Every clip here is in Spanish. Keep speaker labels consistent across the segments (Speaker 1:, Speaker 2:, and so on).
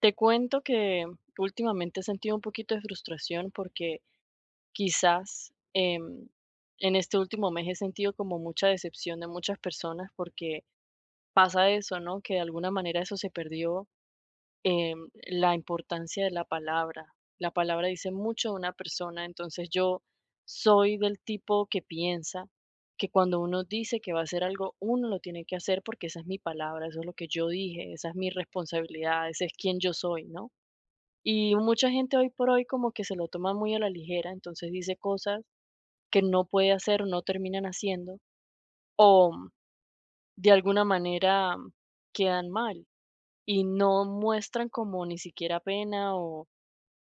Speaker 1: Te cuento que últimamente he sentido un poquito de frustración porque quizás en este último mes he sentido como mucha decepción de muchas personas porque pasa eso, ¿no? Que de alguna manera eso se perdió, la importancia de la palabra. La palabra dice mucho de una persona, entonces yo soy del tipo que piensa que cuando uno dice que va a hacer algo, uno lo tiene que hacer porque esa es mi palabra, eso es lo que yo dije, esa es mi responsabilidad, ese es quien yo soy, ¿no? Y mucha gente hoy por hoy como que se lo toma muy a la ligera, entonces dice cosas que no puede hacer, o no terminan haciendo, o de alguna manera quedan mal y no muestran como ni siquiera pena o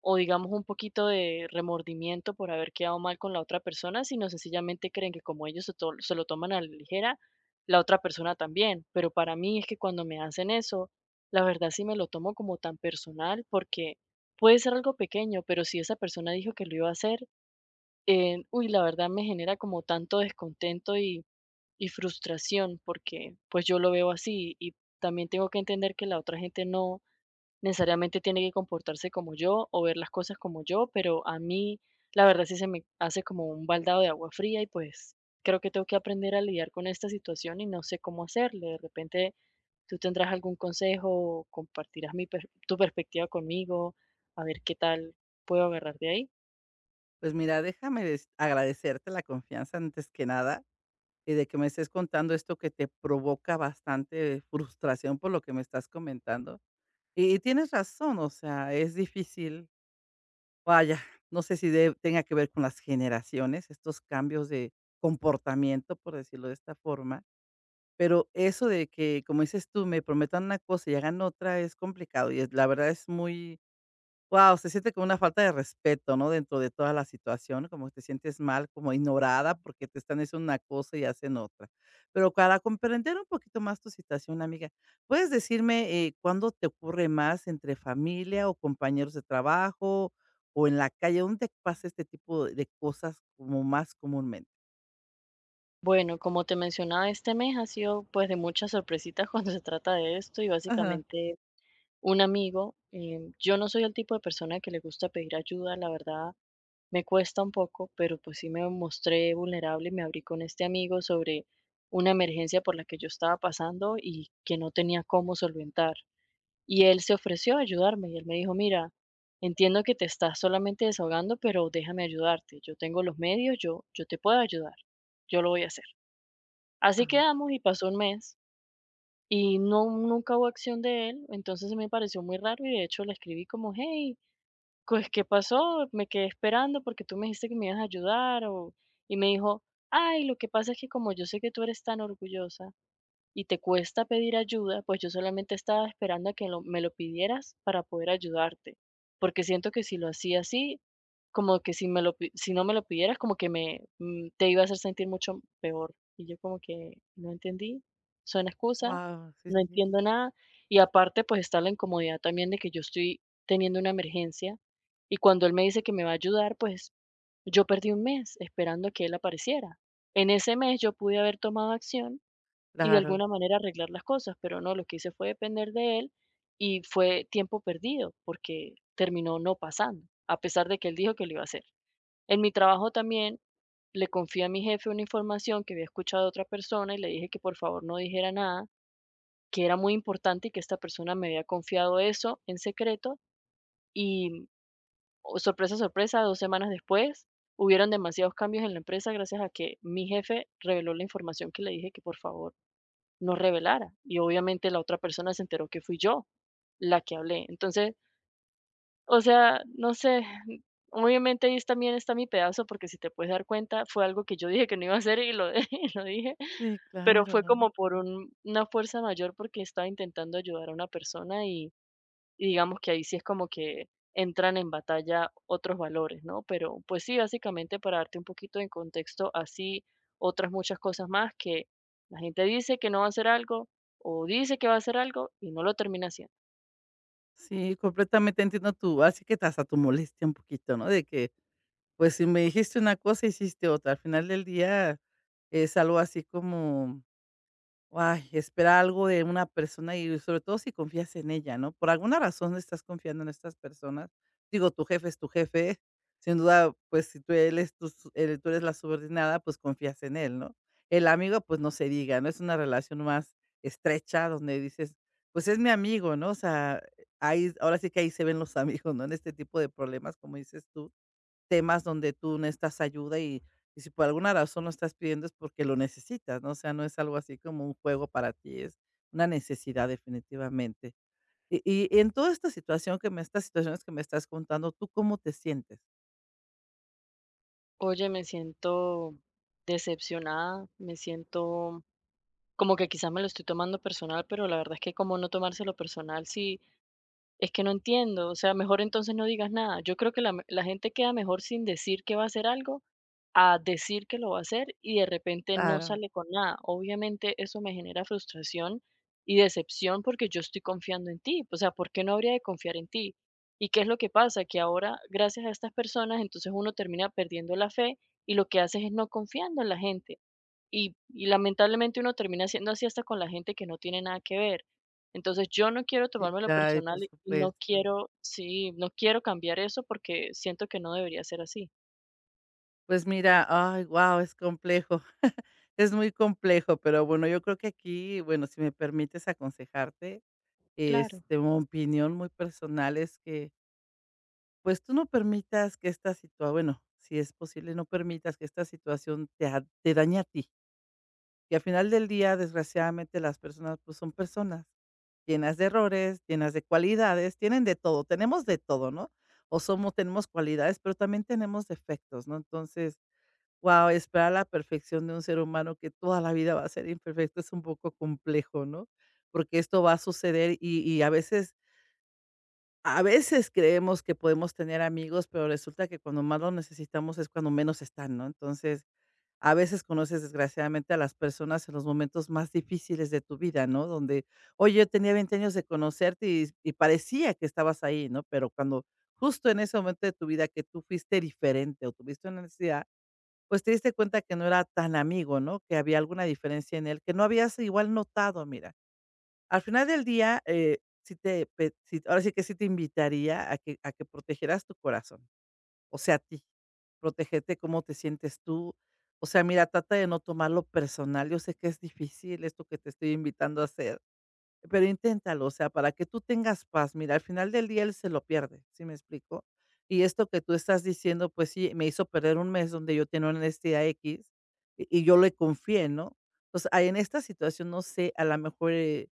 Speaker 1: digamos un poquito de remordimiento por haber quedado mal con la otra persona, sino sencillamente creen que como ellos se lo toman a la ligera, la otra persona también. Pero para mí es que cuando me hacen eso, la verdad sí me lo tomo como tan personal porque puede ser algo pequeño, pero si esa persona dijo que lo iba a hacer, uy, la verdad me genera como tanto descontento y frustración porque pues yo lo veo así y también tengo que entender que la otra gente no necesariamente tiene que comportarse como yo o ver las cosas como yo, pero a mí la verdad sí se me hace como un baldado de agua fría y pues creo que tengo que aprender a lidiar con esta situación y no sé cómo hacerle. De repente tú tendrás algún consejo o compartirás tu perspectiva conmigo, a ver qué tal puedo agarrar de ahí.
Speaker 2: Pues mira, déjame agradecerte la confianza antes que nada y de que me estés contando esto que te provoca bastante frustración por lo que me estás comentando. Y tienes razón, o sea, es difícil. Vaya, no sé si tenga que ver con las generaciones, estos cambios de comportamiento, por decirlo de esta forma. Pero eso de que, como dices tú, me prometan una cosa y hagan otra es complicado y la verdad es muy… Wow, se siente como una falta de respeto, ¿no? Dentro de toda la situación, como que te sientes mal, como ignorada, porque te están diciendo una cosa y hacen otra. Pero para comprender un poquito más tu situación, amiga, ¿puedes decirme, cuándo te ocurre más entre familia o compañeros de trabajo o en la calle? ¿Dónde pasa este tipo de cosas como más comúnmente?
Speaker 1: Bueno, como te mencionaba, este mes ha sido pues de muchas sorpresitas cuando se trata de esto y
Speaker 2: Ajá,
Speaker 1: básicamente un amigo, yo no soy el tipo de persona que le gusta pedir ayuda, la verdad me cuesta un poco, pero pues sí me mostré vulnerable y me abrí con este amigo sobre una emergencia por la que yo estaba pasando y que no tenía cómo solventar. Y él se ofreció a ayudarme y él me dijo, mira, entiendo que te estás solamente desahogando, pero déjame ayudarte. Yo tengo los medios, yo te puedo ayudar, yo lo voy a hacer. Así
Speaker 2: ajá.
Speaker 1: quedamos y pasó un mes y no, nunca hubo acción de él, entonces me pareció muy raro y de hecho le escribí como, hey, pues, ¿qué pasó? Me quedé esperando porque tú me dijiste que me ibas a ayudar o y me dijo: "Ay, lo que pasa es que como yo sé que tú eres tan orgullosa y te cuesta pedir ayuda, pues yo solamente estaba esperando a que lo me lo pidieras para poder ayudarte, porque siento que si lo hacía así, como que si no me lo pidieras, como que te iba a hacer sentir mucho peor. Y yo como que no entendí, suena excusa,
Speaker 2: Guau, sí,
Speaker 1: no
Speaker 2: sí,
Speaker 1: entiendo nada. Y aparte, pues está la incomodidad también de que yo estoy teniendo una emergencia y cuando él me dice que me va a ayudar, pues yo perdí un mes esperando que él apareciera. En ese mes yo pude haber tomado acción y de
Speaker 2: claro.
Speaker 1: alguna manera arreglar las cosas, pero no, lo que hice fue depender de él y fue tiempo perdido porque terminó no pasando, a pesar de que él dijo que lo iba a hacer. En mi trabajo también le confié a mi jefe una información que había escuchado de otra persona y le dije que por favor no dijera nada, que era muy importante y que esta persona me había confiado eso en secreto y oh, sorpresa, sorpresa, dos semanas después hubieron demasiados cambios en la empresa gracias a que mi jefe reveló la información que le dije que por favor no revelara. Y obviamente la otra persona se enteró que fui yo la que hablé. Entonces, o sea, no sé, obviamente ahí también está mi pedazo, porque si te puedes dar cuenta, fue algo que yo dije que no iba a hacer y lo, y lo dije,
Speaker 2: Sí,
Speaker 1: pero fue
Speaker 2: claro.
Speaker 1: como por una fuerza mayor porque estaba intentando ayudar a una persona y digamos que ahí sí es como que entran en batalla otros valores, ¿no? Pero pues sí, básicamente para darte un poquito de contexto, así otras muchas cosas más que la gente dice que no va a hacer algo o dice que va a hacer algo y no lo termina haciendo.
Speaker 2: Sí, completamente entiendo tu… así que hasta tu molestia un poquito, ¿no? De que… Pues si me dijiste una cosa, hiciste otra. Al final del día es algo así como, ay, espera algo de una persona y sobre todo si confías en ella, ¿no? Por alguna razón estás confiando en estas personas. Digo, tu jefe es tu jefe. Sin duda, pues si tú, él es tú eres la subordinada, pues confías en él, ¿no? El amigo, pues no se diga, ¿no? Es una relación más estrecha donde dices, pues es mi amigo, ¿no? O sea, ahí, ahora sí que ahí se ven los amigos, ¿no? En este tipo de problemas, como dices tú, temas donde tú necesitas ayuda y si por alguna razón lo estás pidiendo es porque lo necesitas, ¿no? O sea, no es algo así como un juego para ti, es una necesidad definitivamente. Y en toda esta situación que me estas situaciones que me estás contando, ¿tú cómo te sientes?
Speaker 1: Oye, me siento decepcionada, me siento como que quizás me lo estoy tomando personal, pero la verdad es que como no tomárselo personal si es que no entiendo, o sea, mejor entonces no digas nada. Yo creo que la gente queda mejor sin decir que va a hacer algo a decir que lo va a hacer y de repente no
Speaker 2: Claro,
Speaker 1: sale con nada. Obviamente eso me genera frustración y decepción porque yo estoy confiando en ti. O sea, ¿por qué no habría de confiar en ti? ¿Y qué es lo que pasa? Que ahora, gracias a estas personas, entonces uno termina perdiendo la fe y lo que haces es no confiando en la gente. Y lamentablemente uno termina siendo así hasta con la gente que no tiene nada que ver. Entonces, yo no quiero
Speaker 2: sí,
Speaker 1: tomármelo
Speaker 2: claro, y por
Speaker 1: personal y
Speaker 2: supuesto.
Speaker 1: no quiero cambiar eso porque siento que no debería ser así.
Speaker 2: Pues mira, ay, guau, es complejo. Es muy complejo, pero bueno, yo creo que aquí, bueno, si me permites aconsejarte, este, mi opinión muy personal es que… Pues tú no permitas que esta situa bueno, si es posible, no permitas que esta situación te dañe a ti, que al final del día, desgraciadamente, las personas, pues, son personas llenas de errores, llenas de cualidades, tienen de todo, tenemos de todo, ¿no? O somos… tenemos cualidades, pero también tenemos defectos, ¿no? Entonces, wow, esperar la perfección de un ser humano que toda la vida va a ser imperfecto es un poco complejo, ¿no? Porque esto va a suceder y a veces… a veces creemos que podemos tener amigos, pero resulta que cuando más los necesitamos es cuando menos están, ¿no? Entonces, a veces conoces desgraciadamente a las personas en los momentos más difíciles de tu vida, ¿no? Donde, oye, yo tenía 20 años de conocerte y parecía que estabas ahí, ¿no? Pero cuando justo en ese momento de tu vida que tú fuiste diferente o tuviste una necesidad, pues te diste cuenta que no era tan amigo, ¿no? Que había alguna diferencia en él que no habías igual notado, mira. Al final del día, sí te pe sí, ahora sí que sí te invitaría a que protegieras tu corazón, o sea, a ti. Protegerte cómo te sientes tú. O sea, mira, trata de no tomarlo personal. Yo sé que es difícil esto que te estoy invitando a hacer, pero inténtalo, o sea, para que tú tengas paz. Mira, al final del día él se lo pierde, ¿sí me explico? Y esto que tú estás diciendo, pues sí, me hizo perder un mes donde yo tenía una necesidad X y yo le confié, ¿no? Entonces, ahí en esta situación, no sé, a lo mejor,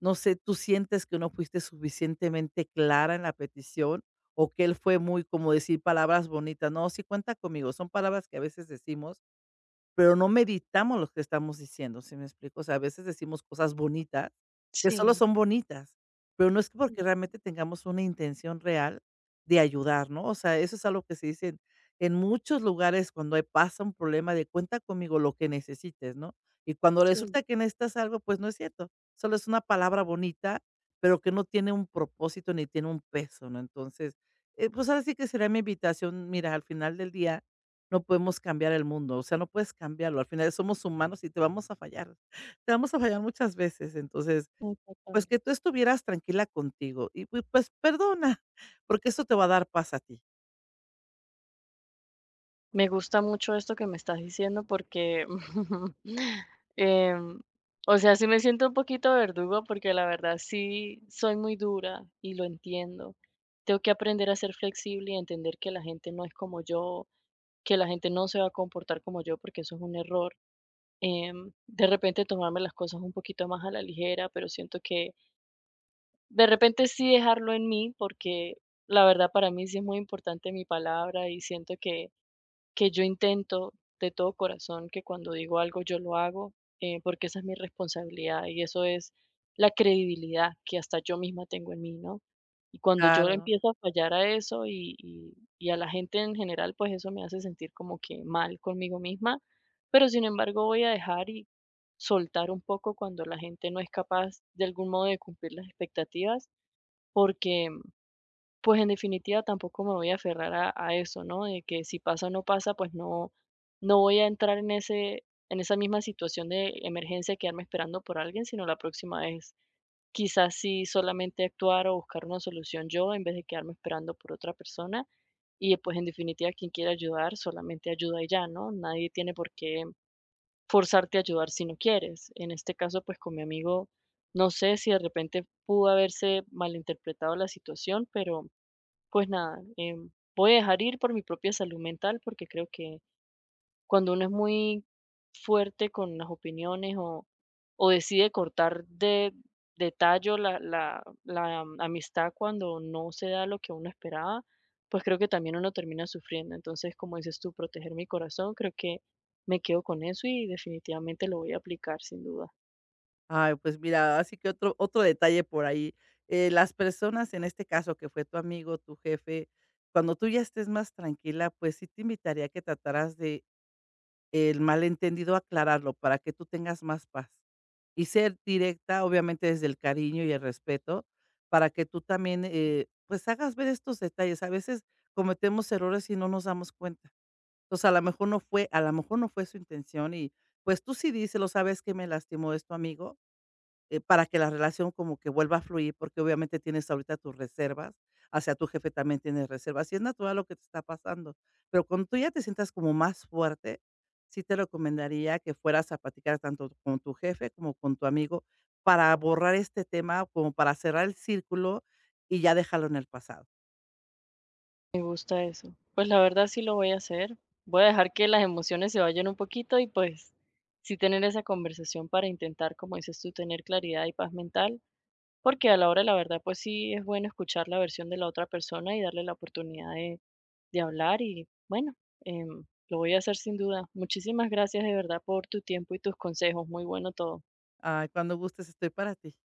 Speaker 2: no sé, ¿tú sientes que no fuiste suficientemente clara en la petición o que él fue muy como decir palabras bonitas? No, sí cuenta conmigo. Son palabras que a veces decimos, pero no meditamos lo que estamos diciendo, ¿sí me explico? O sea, a veces decimos cosas bonitas, que solo
Speaker 1: Sí,
Speaker 2: son bonitas, pero no es que porque
Speaker 1: mm,
Speaker 2: realmente tengamos una intención real de ayudar, ¿no? O sea, eso es algo que se dice en muchos lugares cuando hay pasa un problema de cuenta conmigo lo que necesites, ¿no? Y cuando
Speaker 1: sí,
Speaker 2: resulta que necesitas algo, pues no es cierto, solo es una palabra bonita, pero que no tiene un propósito ni tiene un peso, ¿no? Entonces, pues ahora sí que será mi invitación, mira, al final del día no podemos cambiar el mundo, o sea, no puedes cambiarlo, al final somos humanos y te vamos a fallar, te vamos a fallar muchas veces. Entonces, pues,
Speaker 1: exactamente.
Speaker 2: que tú estuvieras tranquila contigo y pues, perdona, porque eso te va a dar paz a ti.
Speaker 1: Me gusta mucho esto que me estás diciendo porque, em, o sea, sí me siento un poquito verdugo porque la verdad sí soy muy dura y lo entiendo. Tengo que aprender a ser flexible y entender que la gente no es como yo, que la gente no se va a comportar como yo, porque eso es un error. De repente tomarme las cosas un poquito más a la ligera, pero siento que de repente sí dejarlo en mí, porque la verdad para mí sí es muy importante mi palabra y siento que yo intento de todo corazón que cuando digo algo yo lo hago, porque esa es mi responsabilidad y eso es la credibilidad que hasta yo misma tengo en mí, ¿no? Y cuando yo
Speaker 2: Claro.
Speaker 1: empiezo a fallar a eso y a la gente en general, pues eso me hace sentir como que mal conmigo misma, pero sin embargo voy a dejar y soltar un poco cuando la gente no es capaz de algún modo de cumplir las expectativas, porque pues, en definitiva, tampoco me voy a aferrar a eso, ¿no? De que si pasa o no pasa, pues no voy a entrar en ese en esa misma situación de emergencia, quedarme esperando por alguien, sino la próxima vez, quizás sí solamente actuar o buscar una solución yo, en vez de quedarme esperando por otra persona. Y, pues, en definitiva, quien quiera ayudar, solamente ayuda y ya, ¿no? Nadie tiene por qué forzarte a ayudar si no quieres. En este caso, pues, con mi amigo, no sé si de repente pudo haberse malinterpretado la situación, pero pues nada, voy a dejar ir por mi propia salud mental porque creo que cuando uno es muy fuerte con las opiniones o decide cortar de tallo amistad cuando no se da lo que uno esperaba, pues creo que también uno termina sufriendo. Entonces, como dices tú, proteger mi corazón, creo que me quedo con eso y definitivamente lo voy a aplicar sin duda.
Speaker 2: Ay, pues mira, así que otro detalle por ahí, las personas, en este caso, que fue tu amigo, tu jefe, cuando tú ya estés más tranquila, pues sí te invitaría a que trataras de… el malentendido aclararlo para que tú tengas más paz. Y ser directa, obviamente, desde el cariño y el respeto, para que tú también, pues, hagas ver estos detalles. A veces cometemos errores y no nos damos cuenta. Entonces, a lo mejor no fue su intención pues, tú sí díselo: "¿Sabes que Me lastimó esto, amigo". Para que la relación como que vuelva a fluir, porque obviamente tienes ahorita tus reservas, hacia tu jefe también tienes reservas, y es natural lo que te está pasando. Pero cuando tú ya te sientas como más fuerte, sí te recomendaría que fueras a platicar tanto con tu jefe como con tu amigo para borrar este tema, como para cerrar el círculo y ya dejarlo en el pasado.
Speaker 1: Me gusta eso. Pues la verdad sí lo voy a hacer. Voy a dejar que las emociones se vayan un poquito y pues sí tener esa conversación para intentar, como dices tú, tener claridad y paz mental, porque a la hora de la verdad pues sí es bueno escuchar la versión de la otra persona y darle la oportunidad de hablar y bueno, em, lo voy a hacer sin duda. Muchísimas gracias de verdad por tu tiempo y tus consejos. Muy bueno todo.
Speaker 2: Ay, cuando gustes, estoy para ti.